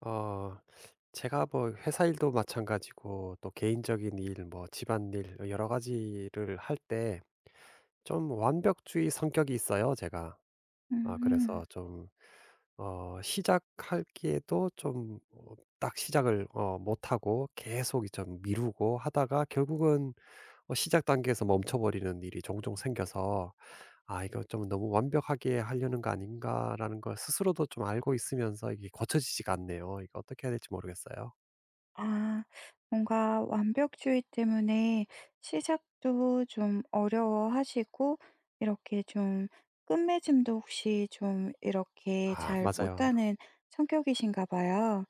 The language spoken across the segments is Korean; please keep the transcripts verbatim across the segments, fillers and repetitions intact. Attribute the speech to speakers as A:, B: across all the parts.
A: 어 제가 뭐 회사 일도 마찬가지고 또 개인적인 일, 뭐 집안일 뭐 여러 가지를 할 때 좀 완벽주의 성격이 있어요, 제가. 아
B: 음.
A: 그래서 좀 어 시작하기에도 좀 어 딱 시작을 어 못하고 계속 이 좀 미루고 하다가 결국은 어 시작 단계에서 멈춰버리는 일이 종종 생겨서 '아 이거 좀 너무 완벽하게 하려는 거 아닌가.'라는 걸 스스로도 좀 알고 있으면서 이게 고쳐지지가 않네요. 이거 어떻게 해야 될지 모르겠어요.
B: 아, 뭔가 완벽주의 때문에 시작도 좀 어려워하시고 이렇게 좀 끝맺음도 혹시 좀 이렇게
A: 아 아.
B: 잘
A: 맞아요.
B: 못하는 성격이신가 봐요.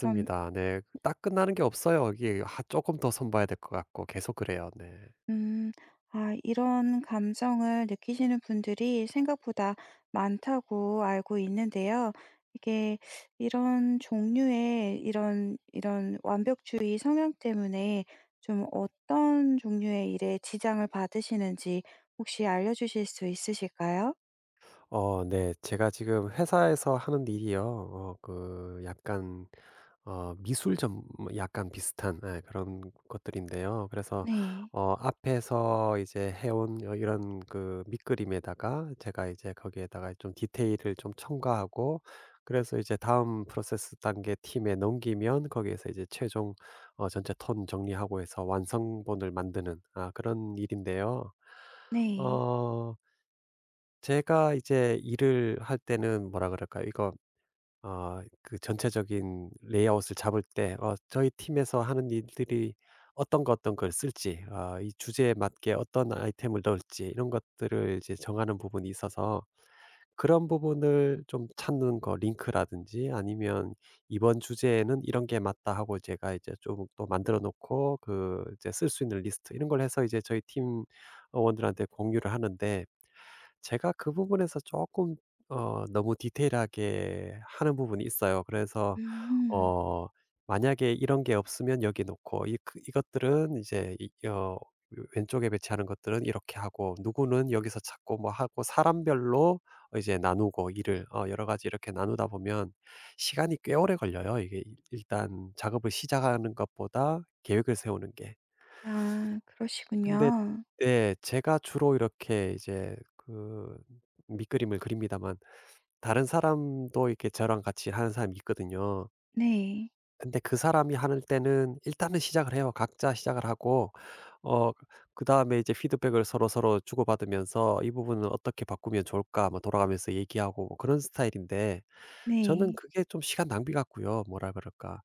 B: 그럼
A: 네. 딱 끝나는 게 없어요. 이게 하쪼더손 봐야 될 것 같고 계속 그래요. 네.
B: 음. 아, 이런 감정을 느끼시는 분들이 생각보다 많다고 알고 있는데요. 이게 이런 종류의 이런 이런 완벽주의 성향 때문에 좀 어떤 종류의 일에 지장을 받으시는지 혹시 알려주실 수 있으실까요?
A: 어 네. 제가 지금 회사에서 하는 일이요. 어 그 약간 어 미술 전 뭐 약간 비슷한 예 그런 것들인데요. 그래서
B: 네.
A: 어 앞에서 이제 해온 어 이런 그 밑그림에다가 제가 이제 거기에다가 좀 디테일을 좀 첨가하고, 그래서 이제 다음 프로세스 단계 팀에 넘기면 거기에서 이제 최종 어 전체 톤 정리하고 해서 완성본을 만드는, 아 그런 일인데요.
B: 네.
A: 어 제가 이제 일을 할 때는 뭐라 그럴까요? 이거 어 그 전체적인 레이아웃을 잡을 때 어 저희 팀에서 하는 일들이 어떤 거 어떤 걸 쓸지 어 이 주제에 맞게 어떤 아이템을 넣을지 이런 것들을 이제 정하는 부분이 있어서, 그런 부분을 좀 찾는 거 링크라든지 아니면 이번 주제에는 이런 게 맞다 하고 제가 이제 좀 또 만들어 놓고 그 이제 쓸 수 있는 리스트 이런 걸 해서 이제 저희 팀원들한테 공유를 하는데, 제가 그 부분에서 조금 어 너무 디테일하게 하는 부분이 있어요. 그래서
B: 음.
A: 어 만약에 이런 게 없으면 여기 놓고, 이 그 이것들은 이제 이 어 왼쪽에 배치하는 것들은 이렇게 하고, 누구는 여기서 찾고 뭐 하고 사람별로 어 이제 나누고, 일을 어 여러 가지 이렇게 나누다 보면 시간이 꽤 오래 걸려요. 이게 일 일단 작업을 시작하는 것보다 계획을 세우는 게.
B: 아,
A: 근데
B: 그러시군요.
A: 네, 제가 주로 이렇게 이제 그 밑그림을 그립니다만, 다른 사람도 이렇게 저랑 같이 하는 사람이 있거든요.
B: 네.
A: 근데 그 사람이 하는 때는 일단은 시작을 해요. 각자 시작을 하고 어 그다음에 이제 피드백을 서로서로 주고받으면서 "이 부분은 어떻게 바꾸면 좋을까?" 뭐 돌아가면서 얘기하고 뭐 그런 스타일인데, 저는
B: 네.
A: 그게 좀 시간 낭비 같고요. 뭐라 그럴까.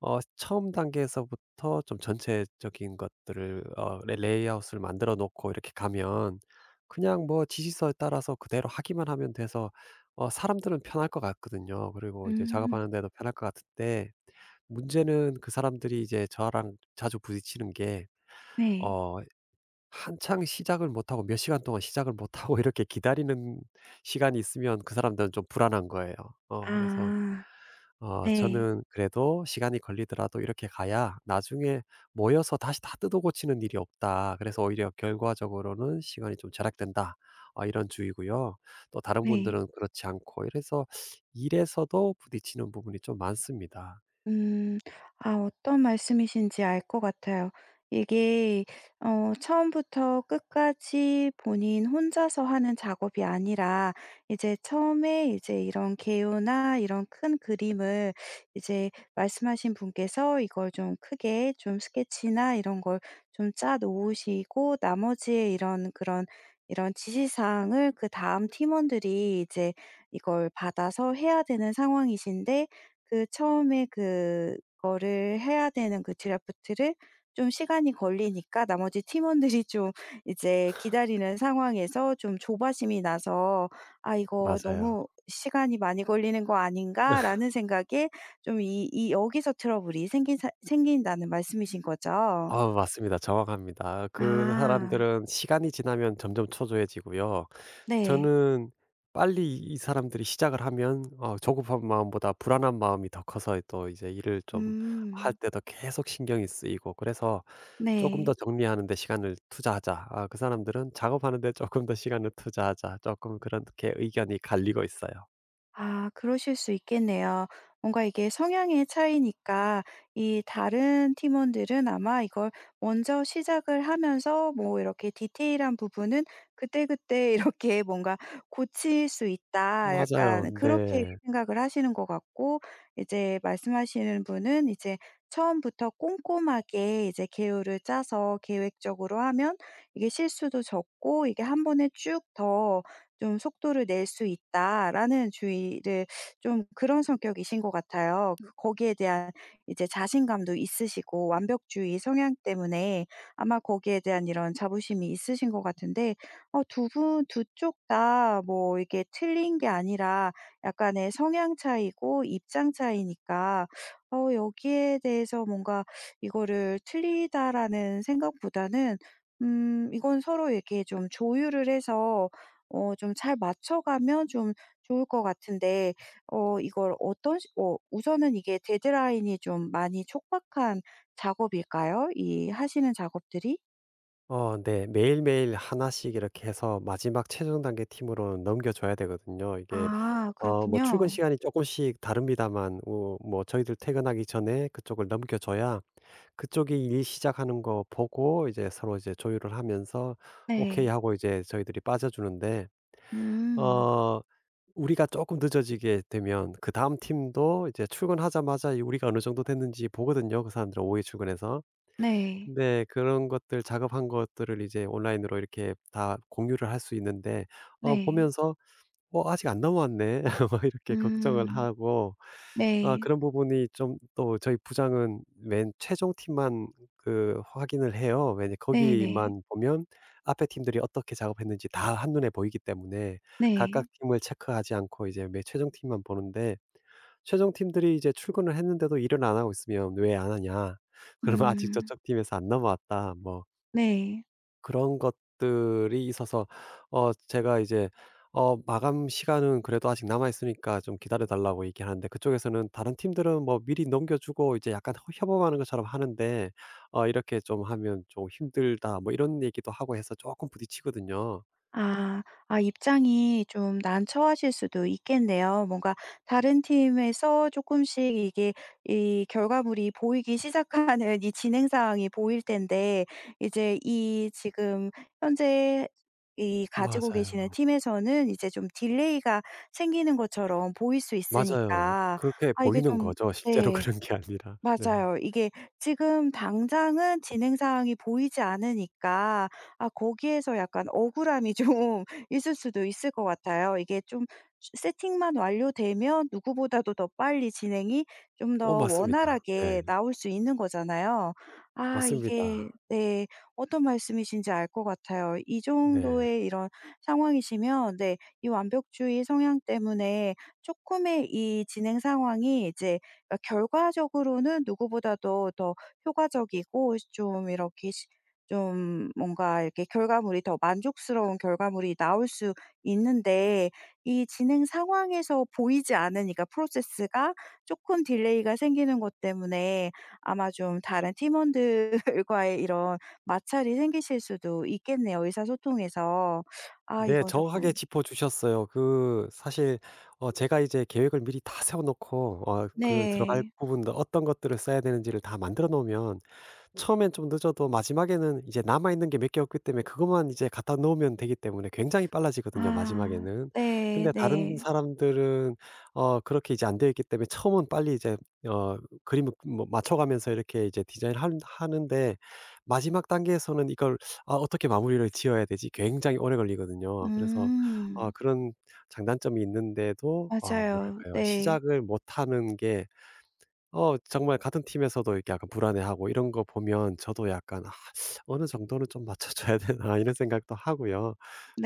A: 어 처음 단계에서부터 좀 전체적인 것들을 어 레 레이아웃을 만들어 놓고 이렇게 가면 그냥 뭐 지시서에 따라서 그대로 하기만 하면 돼서 어 사람들은 편할 것 같거든요. 그리고 이제
B: 음.
A: 작업하는 데도 편할 것 같은데, 문제는 그 사람들이 이제 저랑 자주 부딪히는 게,
B: 네.
A: 어 한창 시작을 못 하고 몇 시간 동안 시작을 못 하고 이렇게 기다리는 시간이 있으면 그 사람들은 좀 불안한 거예요. 어 그래서
B: 아.
A: 어
B: 네.
A: 저는 그래도 시간이 걸리더라도 이렇게 가야 나중에 모여서 다시 다 뜯어 고치는 일이 없다, 그래서 오히려 결과적으로는 시간이 좀 절약된다, 어 이런 주의고요. 또 다른
B: 네.
A: 분들은 그렇지 않고 이래서 일에서도 부딪히는 부분이 좀 많습니다.
B: 음. 아, 어떤 말씀이신지 알 것 같아요. 이게 어 처음부터 끝까지 본인 혼자서 하는 작업이 아니라 이제 처음에 이제 이런 개요나 이런 큰 그림을 이제 말씀하신 분께서 이걸 좀 크게 좀 스케치나 이런 걸 좀 짜 놓으시고 나머지의 이런 그런 이런 지시사항을 그다음 팀원들이 이제 이걸 받아서 해야 되는 상황이신데 그 처음에 그거를 해야 되는 그 드래프트를 좀 시간이 걸리니까 나머지 팀원들이 좀 이제 기다리는 상황에서 좀 조바심이 나서 '아 이거
A: 맞아요.
B: 너무 시간이 많이 걸리는 거 아닌가?'라는 생각에 좀 이 이 여기서 트러블이 생긴 사 생긴다는 말씀이신 거죠?
A: 아 맞습니다. 정확합니다. 그
B: 아.
A: 사람들은 시간이 지나면 점점 초조해지고요,
B: 네.
A: 저는 빨리 이 사람들이 시작을 하면 어 조급한 마음보다 불안한 마음이 더 커서 또 이제 일을 좀 할
B: 음.
A: 때도 계속 신경이 쓰이고. 그래서 '조금
B: 네.
A: 더 정리하는 데 시간을 투자하자.' 아, 그 사람들은 '작업하는 데 조금 더 시간을 투자하자.' 조금 그렇게 의견이 갈리고 있어요.
B: 아, 그러실 수 있겠네요. 뭔가 이게 성향의 차이니까 이 다른 팀원들은 아마 이걸 먼저 시작을 하면서 뭐 이렇게 디테일한 부분은 그때그때 이렇게 뭔가 '고칠 수
A: 음,
B: 있다.'
A: 맞아요.
B: 약간 그렇게
A: 네.
B: 생각을 하시는 것 같고 이제 말씀하시는 분은 이제 처음부터 꼼꼼하게 이제 계율을 짜서 계획적으로 하면 이게 실수도 적고 이게 한 번에 쭉더 좀 '속도를 낼 수 있다.'라는 주의를 좀 그런 성격이신 것 같아요. 그 거기에 대한 이제 자신감도 있으시고 완벽주의 성향 때문에 아마 거기에 대한 이런 자부심이 있으신 것 같은데 어 두 분 두 쪽 다 뭐 이게 틀린 게 아니라 약간의 성향 차이고 입장 차이니까 어 여기에 대해서 뭔가 이거를 '틀리다.'라는 생각보다는 음 이건 서로 이렇게 좀 조율을 해서 어 좀 잘 맞춰가면 좀 좋을 것 같은데 어 이걸 어떤 시- 어 우선은 이게 데드라인이 좀 많이 촉박한 작업일까요? 이 하시는 작업들이?
A: 어 네. 매일매일 하나씩 이렇게 해서 마지막 최종 단계 팀으로 넘겨 줘야 되거든요. 이게
B: 아,
A: 어 뭐 출근
B: 그렇군요.
A: 시간이 조금씩 다릅니다만 어 뭐 저희들 퇴근하기 전에 그쪽을 넘겨 줘야 그쪽이 일 시작하는 거 보고 이제 서로 이제 조율을 하면서 오케이
B: 네.
A: 하고 이제 저희들이 빠져주는데,
B: 음.
A: 어 우리가 조금 늦어지게 되면 그다음 팀도 이제 출근하자마자 이 우리가 어느 정도 됐는지 보거든요, 그 사람들은 오후에 출근해서.
B: 네.
A: 근데 그런 것들 작업한 것들을 이제 온라인으로 이렇게 다 공유를 할 수 있는데, 어
B: 네.
A: 보면서 '어 아직 안 넘어왔네.' 뭐 이렇게 걱정을
B: 음.
A: 하고. 아
B: 네.
A: 그런 부분이 좀. 또 저희 부장은 맨 최종 팀만 그 확인을 해요. 왜냐,
B: 네 네. 네.
A: 거기만 보면 앞에 팀들이 어떻게 작업했는지 다 한눈에 보이기 때문에 각각
B: 네,
A: 팀을 체크하지 않고 이제 맨 최종 팀만 보는데, 최종 팀들이 이제 출근을 했는데도 일을 안 하고 있으면 "왜 안 하냐?" 그러면 "아직
B: 음.
A: 저쪽 팀에서 안 넘어왔다." 뭐
B: 네.
A: 그런 것들이 있어서, 어 제가 이제 어 "마감 시간은 그래도 아직 남아 있으니까 좀 기다려 달라."고 얘기하는데, 그쪽에서는 다른 팀들은 뭐 미리 넘겨 주고 이제 약간 허 협업하는 것처럼 하는데 어 "이렇게 좀 하면 좀 힘들다." 뭐 이런 얘기도 하고 해서 조금 부딪히거든요.
B: 아. 아, 입장이 좀 난처하실 수도 있겠네요. 뭔가 다른 팀에서 조금씩 이게 이 결과물이 보이기 시작하는 이 진행 상황이 보일 텐데 이제 이 지금 현재 이 가지고 계시는
A: 맞아요.
B: 팀에서는 이제 좀 딜레이가 생기는 것처럼 보일 수
A: 맞아요.
B: 있으니까
A: 그렇게
B: 아, 이게
A: 보이는
B: 좀
A: 거죠, 실제로
B: 네.
A: 그런 게 아니라. 네.
B: 맞아요. 이게 지금 당장은 진행 사항이 보이지 않으니까 아, 거기에서 약간 억울함이 좀 있을 수도 있을 것 같아요. 이게 좀 세팅만 완료되면 누구보다도 더 빨리 진행이 좀
A: 오
B: 더
A: 맞습니다. 네.
B: 원활하게 나올 수 있는 거잖아요. 아 이게
A: 맞습니다.
B: 네 어떤 말씀이신지 알 것 같아요. 이
A: 네.
B: 정도의 이런 상황이시면 네 이 완벽주의 성향 때문에 조금의 이 진행 상황이 이제 그러니까 결과적으로는 누구보다도 더 효과적이고 좀 이렇게 시 좀 뭔가 이렇게 결과물이 더 만족스러운 결과물이 나올 수 있는데 이 진행 상황에서 보이지 않으니까 프로세스가 조금 딜레이가 생기는 것 때문에 아마 좀 다른 팀원들과의 이런 마찰이 생기실 수도 있겠네요, 의사소통에서. 아
A: 네,
B: 이거
A: 정확하게
B: 조금
A: 짚어 주셨어요. 그 사실 어 제가 이제 계획을 미리 다 세워 놓고 어 그 들어갈
B: 네.
A: 부분도 어떤 것들을 써야 되는지를 다 만들어 놓으면 처음엔 좀 늦어도 마지막에는 이제 남아있는 게 몇 개 없기 때문에 그것만 이제 갖다 놓으면 되기 때문에 굉장히 빨라지거든요,
B: 아
A: 마지막에는.
B: 네
A: 근데
B: 네.
A: 다른 사람들은 어 그렇게 이제 안 되어 있기 때문에 처음은 빨리 이제 어 그림을 뭐 맞춰가면서 이렇게 이제 디자인을 하는 하는데 마지막 단계에서는 이걸 '아 어떻게 마무리를 지어야 되지?' 굉장히 오래 걸리거든요. 그래서 아
B: 음.
A: 그런 장단점이 있는데도, 아
B: 맞아요.
A: 뭐랄까요?
B: 네.
A: 시작을 못하는 게, 어 정말 같은 팀에서도 이렇게 약간 불안해하고 이런 거 보면 저도 약간 '아 어느 정도는 좀 맞춰 줘야 되나.' 이런 생각도 하고요.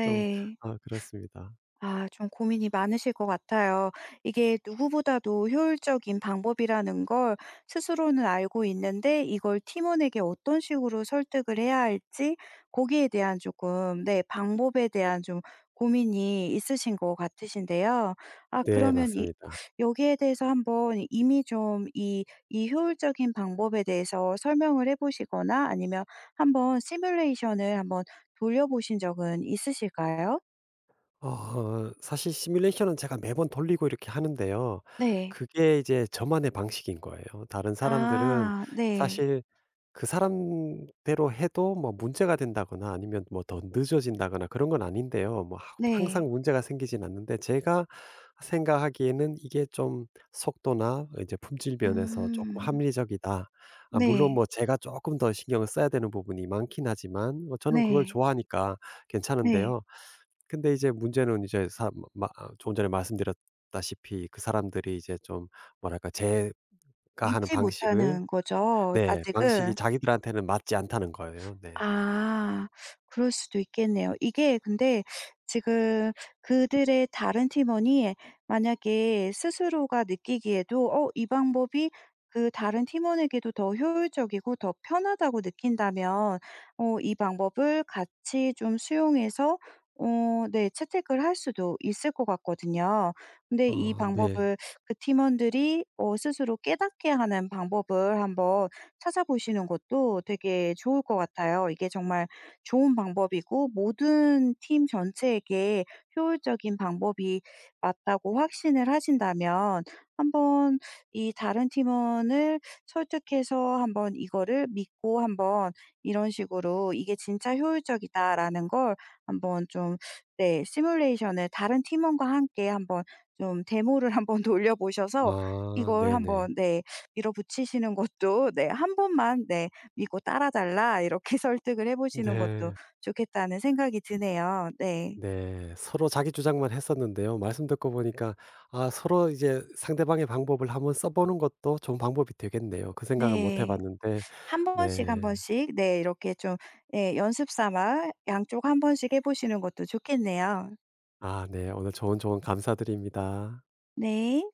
A: 좀. 아 그렇습니다.
B: 아, 좀 고민이 많으실 것 같아요. 이게 누구보다도 효율적인 방법이라는 걸 스스로는 알고 있는데 이걸 팀원에게 어떤 식으로 설득을 해야 할지 거기에 대한 조금, 네, 방법에 대한 좀 고민이 있으신 것 같으신데요. 아,
A: 네. 네
B: 그러면 이,
A: 맞습니다.
B: 여기에 대해서 한번 이미 좀 이, 이 효율적인 방법에 대해서 설명을 해보시거나 아니면 한번 시뮬레이션을 한번 돌려보신 적은 있으실까요?
A: 어 사실 시뮬레이션은 제가 매번 돌리고 이렇게 하는데요.
B: 네.
A: 그게 이제 저만의 방식인 거예요. 다른 사람들은
B: 아 네.
A: 사실 그 사람대로 해도 뭐 문제가 된다거나 아니면 뭐 더 늦어진다거나 그런 건 아닌데요. 뭐 하-
B: 네.
A: 항상 문제가 생기진 않는데, 제가 생각하기에는 이게 좀 속도나 이제 품질 면에서 조금
B: 음.
A: 합리적이다. 아, 물론
B: 네.
A: 뭐 제가 조금 더 신경을 써야 되는 부분이 많긴 하지만 뭐 저는 그걸
B: 네.
A: 좋아하니까
B: 네.
A: 괜찮은데요. 근데 이제 문제는 이제 사 마 아 조금 전에 말씀드렸다시피 그 사람들이 이제 좀, 뭐랄까, 제가 하는
B: 믿지
A: 방식을,
B: 못하는 거죠
A: 네, 방식이
B: 아직은.
A: 자기들한테는 맞지 않다는 거예요. 네.
B: 아. 그럴 수도 있겠네요. 이게 근데 지금 그들의 다른 팀원이 만약에 스스로가 느끼기에도 어 이 방법이 그 다른 팀원에게도 더 효율적이고 더 편하다고 느낀다면 어 이 방법을 같이 좀 수용해서 어 네 채택을 할 수도 있을 것 같거든요. 근데 이
A: 아 네.
B: 방법을 그 팀원들이 어 스스로 깨닫게 하는 방법을 한번 찾아보시는 것도 되게 좋을 것 같아요. 이게 정말 좋은 방법이고 모든 팀 전체에게 효율적인 방법이 맞다고 확신을 하신다면 한 번 이 다른 팀원을 설득해서 한번 이거를 믿고 한번 이런 식으로 '이게 진짜 효율적이다.'라는 걸 한번 좀 네 시뮬레이션을 다른 팀원과 함께 한번 좀 데모를 한번 돌려 보셔서
A: 아
B: 이걸
A: 네네.
B: 한번 네 밀어붙이시는 것도 네 '한 번만 네 믿고 따라 달라.' 이렇게 설득을 해 보시는 것도
A: 네.
B: 좋겠다는 생각이 드네요. 네.
A: 네. 서로 자기 주장만 했었는데요. 말씀 듣고 보니까 아 서로 이제 상대방의 방법을 한번 써 보는 것도 좋은 방법이 되겠네요. 그 생각은 못해
B: 네.
A: 봤는데.
B: 한 번씩 한
A: 네.
B: 번씩 네 이렇게 좀 예 연습 삼아 양쪽 한 번씩 해 보시는 것도 좋겠네요.
A: 아 네. 오늘 좋은 조언 감사드립니다.
B: 네.